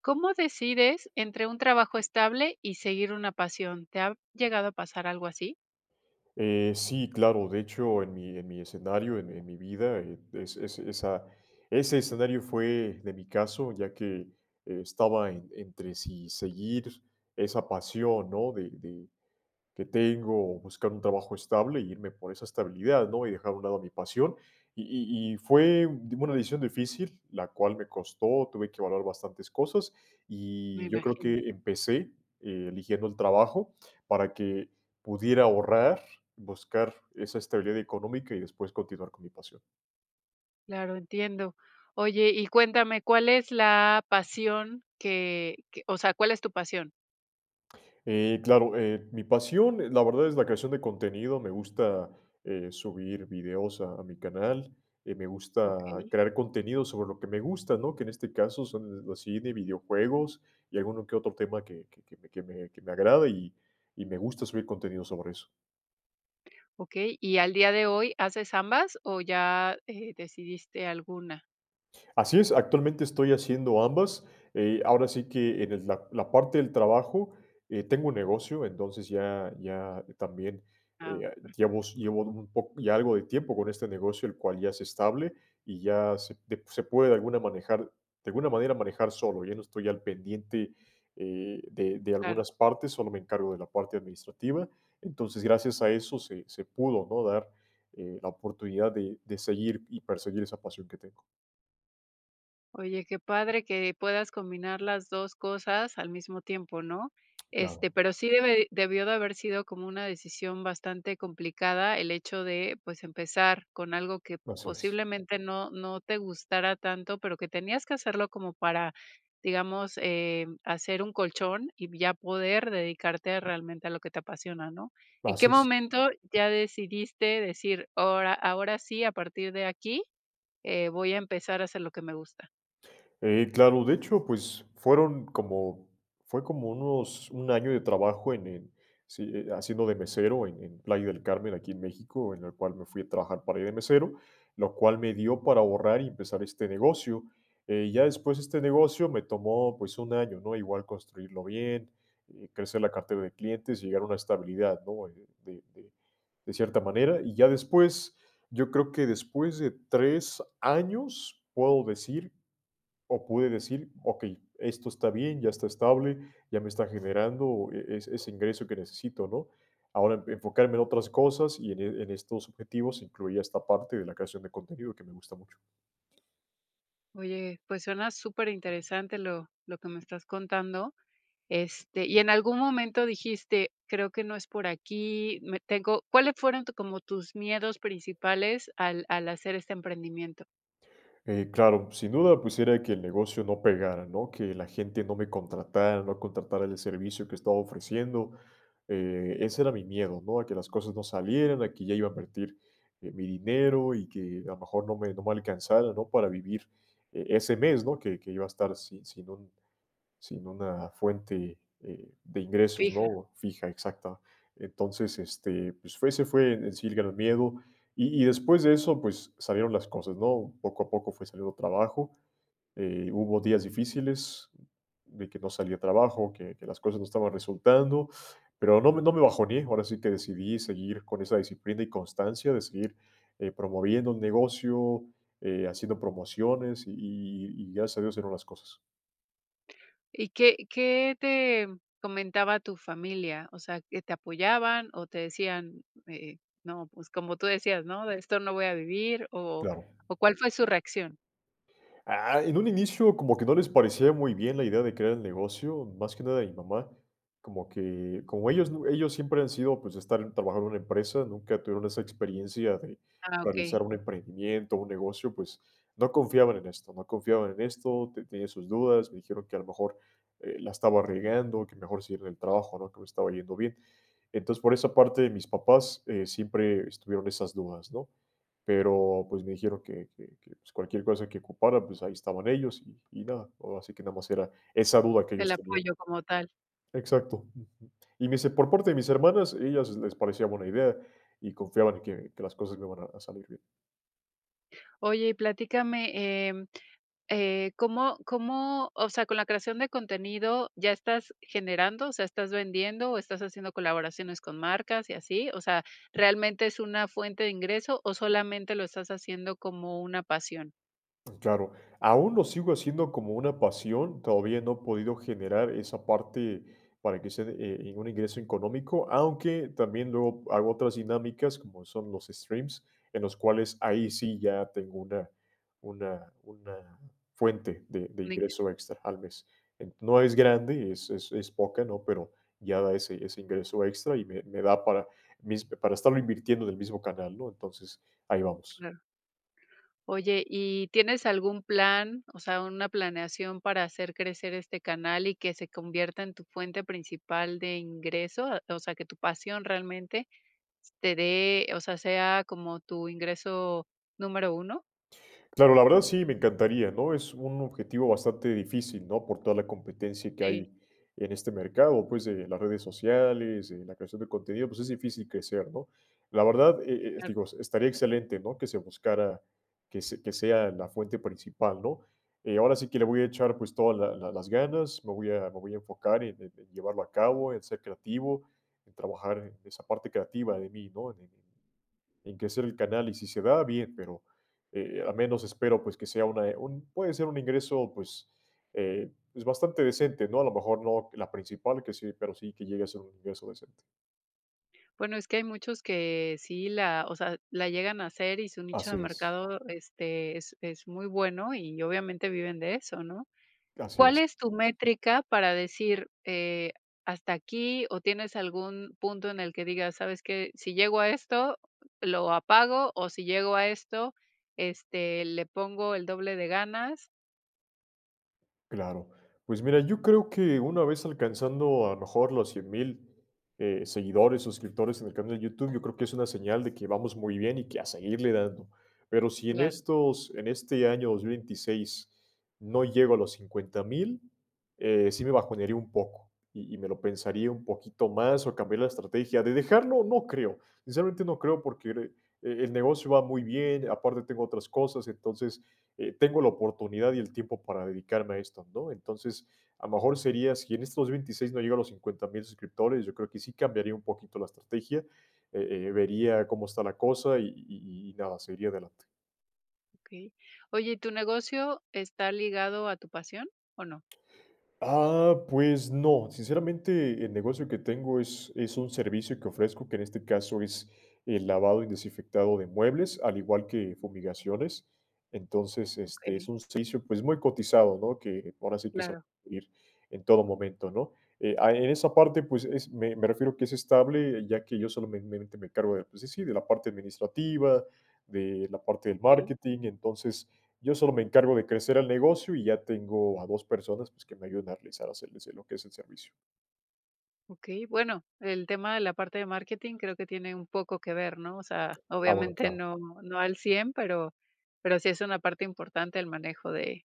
¿Cómo decides entre un trabajo estable y seguir una pasión? ¿Te ha llegado a pasar algo así? Sí, claro, de hecho, en mi escenario, en mi vida, ese escenario fue de mi caso, ya que estaba entre si seguir esa pasión, ¿no? Que tengo, buscar un trabajo estable y irme por esa estabilidad, ¿no? Y dejar a un lado mi pasión. Y fue una decisión difícil, la cual me costó, tuve que valorar bastantes cosas Me y yo creo imagino. que empecé eligiendo el trabajo para que pudiera ahorrar, buscar esa estabilidad económica y después continuar con mi pasión. Claro, entiendo. Oye, y cuéntame, ¿cuál es la pasión o sea, cuál es tu pasión? Claro, Mi pasión, la verdad, es la creación de contenido. Me gusta subir videos a mi canal. Me Ok, gusta crear contenido sobre lo que me gusta, ¿no? Que en este caso son los cine, videojuegos y alguno que otro tema que me agrada y me gusta subir contenido sobre eso. ok. ¿Y al día de hoy haces ambas o ya decidiste alguna? Así es, actualmente estoy haciendo ambas. Ahora sí que en la parte del trabajo tengo un negocio, entonces ya también Ah, eh, llevo, perfecto, llevo un poco, ya algo de tiempo con este negocio, el cual ya es estable y ya se, se puede de alguna, manejar, de alguna manera manejar solo. Ya no estoy al pendiente de claro. algunas partes, solo me encargo de la parte administrativa. Entonces, gracias a eso se pudo, ¿no? dar la oportunidad de seguir y perseguir esa pasión que tengo. Oye, qué padre que puedas combinar las 2 cosas al mismo tiempo, ¿no? Este, Claro. pero sí debe debió de haber sido como una decisión bastante complicada el hecho de, pues, empezar con algo que Así es, posiblemente no te gustara tanto, pero que tenías que hacerlo como para, digamos, hacer un colchón y ya poder dedicarte realmente a lo que te apasiona, ¿no? ¿En qué así es. momento ya decidiste decir: "Ahora sí, a partir de aquí, voy a empezar a hacer lo que me gusta"? Claro, de hecho, pues fue como 1 año de trabajo sí, haciendo de mesero en Playa del Carmen, aquí en México, en el cual me fui a trabajar para ir de mesero, lo cual me dio para ahorrar y empezar este negocio. Ya después este negocio me tomó pues 1 año, ¿no? Igual construirlo bien, crecer la cartera de clientes, llegar a una estabilidad, ¿no? De cierta manera. Y ya después, yo creo que después de 3 años, puedo decir o pude decir, ok, esto está bien, ya está estable, ya me está generando ese ingreso que necesito, ¿no? Ahora enfocarme en otras cosas y en estos objetivos incluía esta parte de la creación de contenido que me gusta mucho. Oye, pues suena súper interesante lo que me estás contando, este, y en algún momento dijiste: "Creo que no es por aquí", me tengo ¿cuáles fueron tu como tus miedos principales al hacer este emprendimiento? Claro, sin duda, pues era que el negocio no pegara, ¿no? Que la gente no me contratara, no contratara el servicio que estaba ofreciendo. Ese era mi miedo, ¿no? A que las cosas no salieran, a que ya iba a invertir mi dinero y que a lo mejor no me alcanzara, ¿no? Para vivir ese mes, ¿no? Que iba a estar sin, sin un sin una fuente de ingresos, Fija. ¿no? Fija, exacta. Entonces, este, pues fue, ese fue en sí el gran miedo. Y después de eso, pues salieron las cosas, ¿no? Poco a poco fue saliendo trabajo. Hubo días difíciles de que no salía trabajo, que las cosas no estaban resultando, pero no, no me bajoné. Ahora sí que decidí seguir con esa disciplina y constancia de seguir promoviendo el negocio, haciendo promociones y gracias a Dios eran las cosas. ¿Y qué te comentaba tu familia? O sea, ¿que te apoyaban o te decían, no, pues como tú decías, ¿no? De esto no voy a vivir, o Claro. o ¿cuál fue su reacción? Ah, en un inicio como que no les parecía muy bien la idea de crear el negocio, más que nada mi mamá, como que como ellos nu ellos siempre han sido, pues, estar trabajar en una empresa, nunca tuvieron esa experiencia de Ah, realizar okey, un emprendimiento, un negocio, pues, no confiaban en esto, te tenían sus dudas, me dijeron que a lo mejor, la estaba regando, que mejor seguir en el trabajo, ¿no?, que me estaba yendo bien. Entonces, por esa parte, mis papás, siempre estuvieron esas dudas, ¿no? Pero, pues, me dijeron que, pues, cualquier cosa que ocupara, pues, ahí estaban ellos y nada, ahora sí que nada más era esa duda que el ellos tenían. apoyo como tal. Exacto, ujú. Y me dice, por parte de mis hermanas, ellas les parecía buena idea y confiaban en que las cosas me iban a salir bien. Oye, y platícame, em ¿cómo, o sea, con la creación de contenido ya estás generando, o sea, estás vendiendo o estás haciendo colaboraciones con marcas y así? O sea, ¿realmente es una fuente de ingreso o solamente lo estás haciendo como una pasión? Claro, aún lo sigo haciendo como una pasión, todavía no he podido generar esa parte para que sea un ingreso económico, aunque también luego hago otras dinámicas como son los streams, en los cuales ahí sí ya tengo una fuente de Un ingreso, ingreso extra al mes. No es grande, es poca, ¿no? Pero ya da ese ingreso extra y me da para, para estarlo invirtiendo en el mismo canal, ¿no? Entonces, ahí vamos. claro. Oye, ¿y tienes algún plan, o sea, una planeación para hacer crecer este canal y que se convierta en tu fuente principal de ingreso? A- O sea, ¿que tu pasión realmente te dé, o sea, sea como tu ingreso número uno? Claro, la verdad sí, me encantaría, ¿no? Es un objetivo bastante difícil, ¿no? Por toda la competencia que hay en este mercado, pues de las redes sociales, de la creación de contenido, pues es difícil crecer, ¿no? La verdad, Claro. digo, estaría excelente, ¿no? Que se buscara, que sea la fuente principal, ¿no? Ahora sí que le voy a echar pues todas las ganas, me voy a enfocar en, en llevarlo a cabo, en ser creativo, en trabajar en esa parte creativa de mí, ¿no? En crecer el canal y si se da, bien, pero al menos espero pues que sea puede ser un ingreso pues pues, bastante decente, ¿no? A lo mejor no la principal, que sí, pero sí que llegue a ser un ingreso decente. Bueno, es que hay muchos que sí la o sea, la llegan a hacer y su nicho de Así es, mercado, este, es muy bueno y obviamente viven de eso, ¿no? así ¿Cuál es. es tu métrica para decir, hasta aquí o tienes algún punto en el que digas, sabes que si llego a esto, lo apago o si llego a esto, este, le pongo el doble de ganas? Claro. Pues mira, yo creo que una vez alcanzando a lo mejor los 100,000 seguidores, suscriptores en el canal de YouTube, yo creo que es una señal de que vamos muy bien y que a seguirle dando. Pero si en Claro, en este año 2026 no llego a los 50,000, sí me bajonearía un poco y me lo pensaría un poquito más o cambiar la estrategia. De dejarlo, no creo. Sinceramente no creo porque el negocio va muy bien, aparte tengo otras cosas, entonces tengo la oportunidad y el tiempo para dedicarme a esto, ¿no? Entonces, a lo mejor sería, si en estos 26 no llego a los 50,000 suscriptores, yo creo que sí cambiaría un poquito la estrategia, vería cómo está la cosa y nada, seguiría adelante. okey. Oye, ¿y tu negocio está ligado a tu pasión o no? Ah, pues no, sinceramente el negocio que tengo es un servicio que ofrezco, que en este caso es el lavado y desinfectado de muebles, al igual que fumigaciones. Entonces, este es Okey, un servicio pues muy cotizado, ¿no? Que ahora sí que se va claro, a pedir en todo momento, ¿no? En esa parte, pues es, me refiero que es estable, ya que yo solamente me encargo de, pues, sí, de la parte administrativa, de la parte del okey. marketing, entonces yo solo me encargo de crecer el negocio y ya tengo a 2 personas, pues, que me ayudan a realizar, hacerles lo que es el servicio. Okey, bueno, el tema de la parte de marketing creo que tiene un poco que ver, ¿no? O sea, Ah, bueno, obviamente claro. no al 100, pero sí es una parte importante el manejo de,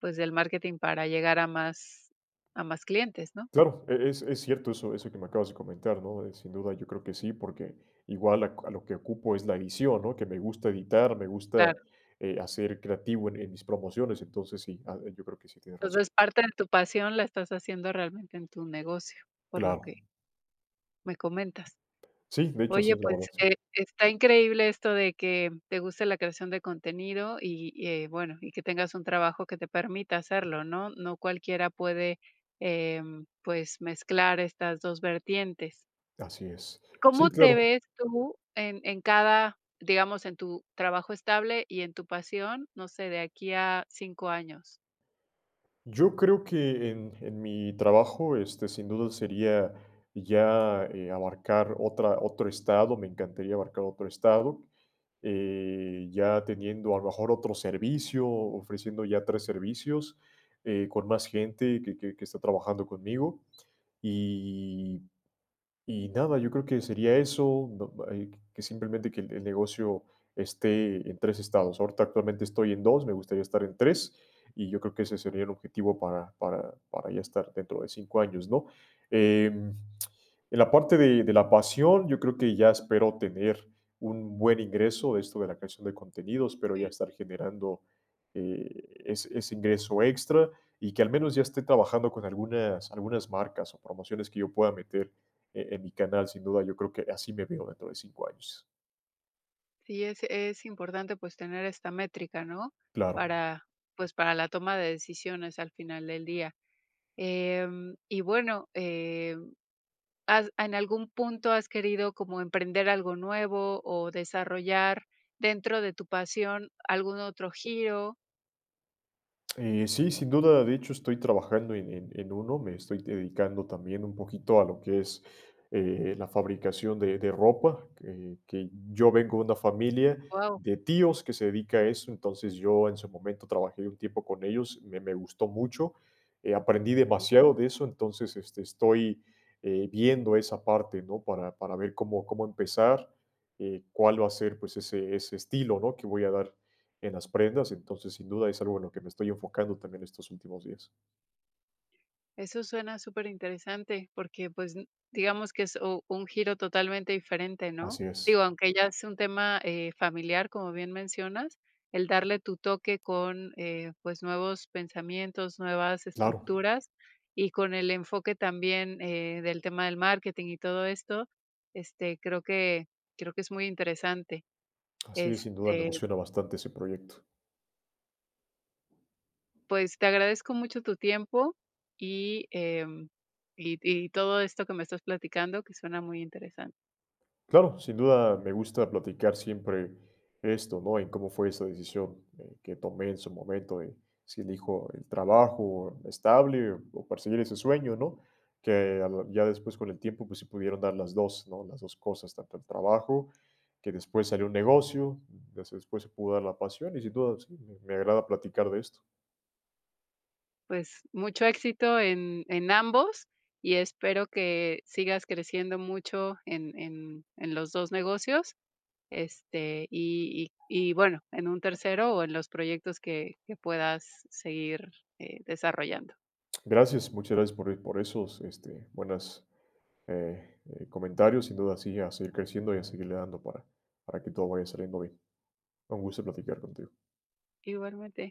pues, del marketing para llegar a más clientes, ¿no? Claro, es cierto eso que me acabas de comentar, ¿no? Sin duda, yo creo que sí, porque igual a lo que ocupo es la edición, ¿no? Que me gusta editar, me gusta, Claro. Hacer creativo en mis promociones, entonces sí, ah, yo creo que sí tienes razón. Entonces, parte de tu pasión la estás haciendo realmente en tu negocio, por lo Claro. que me comentas. Sí, de hecho Oye, sí, la pues, verdad, sí. Está increíble esto de que te guste la creación de contenido y, bueno, y que tengas un trabajo que te permita hacerlo, ¿no? No cualquiera puede, pues, mezclar estas 2 vertientes. Así es. Sí, ¿Cómo te claro. ves tú en cada, digamos, en tu trabajo estable y en tu pasión, no sé, de aquí a 5 años? Yo creo que en mi trabajo, este, sin duda sería ya abarcar otro estado, me encantaría abarcar otro estado, ya teniendo a lo mejor otro servicio, ofreciendo ya tres servicios con más gente que está trabajando conmigo y nada, yo creo que sería eso, no, que simplemente que el negocio esté en tres estados. Ahorita actualmente estoy en dos, me gustaría estar en tres y yo creo que ese sería el objetivo para ya estar dentro de 5 años, ¿no? Em, en la parte de la pasión, yo creo que ya espero tener un buen ingreso de esto de la creación de contenidos, espero ya Okey. estar generando ese ingreso extra y que al menos ya esté trabajando con algunas marcas o promociones que yo pueda meter en mi canal, sin duda, yo creo que así me veo dentro de 5 años. Sí, es importante, pues, tener esta métrica, ¿no? Claro. Para, pues, para la toma de decisiones al final del día. Y bueno, ¿has en algún punto has querido como emprender algo nuevo o desarrollar dentro de tu pasión algún otro giro? Sí, sin duda, de hecho estoy trabajando en uno, me estoy dedicando también un poquito a lo que es la fabricación de ropa, que yo vengo de una familia Guau. de tíos que se dedica a eso, entonces yo en su momento trabajé un tiempo con ellos, me gustó mucho, aprendí demasiado de eso, entonces este, estoy viendo esa parte, ¿no? Para ver cómo empezar, cuál va a ser pues ese estilo, ¿no? Que voy a dar en las prendas, entonces sin duda es algo en lo que me estoy enfocando también estos últimos días. Eso suena súper interesante porque, pues, n digamos que es u un giro totalmente diferente, ¿no? Así Digo, es, aunque ya es un tema, familiar, como bien mencionas, el darle tu toque con, pues, nuevos pensamientos, nuevas claro, estructuras y con el enfoque también, del tema del marketing y todo esto, este, creo que es muy interesante. así es, sin duda me Este, emociona bastante ese proyecto. pues, te agradezco mucho tu tiempo y, y todo esto que me estás platicando, que suena muy interesante. Claro, sin duda me gusta platicar siempre esto, ¿no? En cómo fue esa decisión que tomé en su momento de si elijo el trabajo estable o perseguir ese sueño, ¿no? Que a ya después con el tiempo pues se pudieron dar las dos, ¿no? Las dos cosas, tanto el trabajo, que después salió un negocio, después se pudo dar la pasión y sin duda sí, me agrada platicar de esto. Pues, mucho éxito en ambos y espero que sigas creciendo mucho en en los 2 negocios, este, y bueno, en un tercero o en los proyectos que puedas seguir, desarrollando. Gracias, muchas gracias por esos este, buenos comentarios. Sin duda, sí, a seguir creciendo y a seguirle dando para que todo vaya saliendo bien. Un gusto platicar contigo. Igualmente.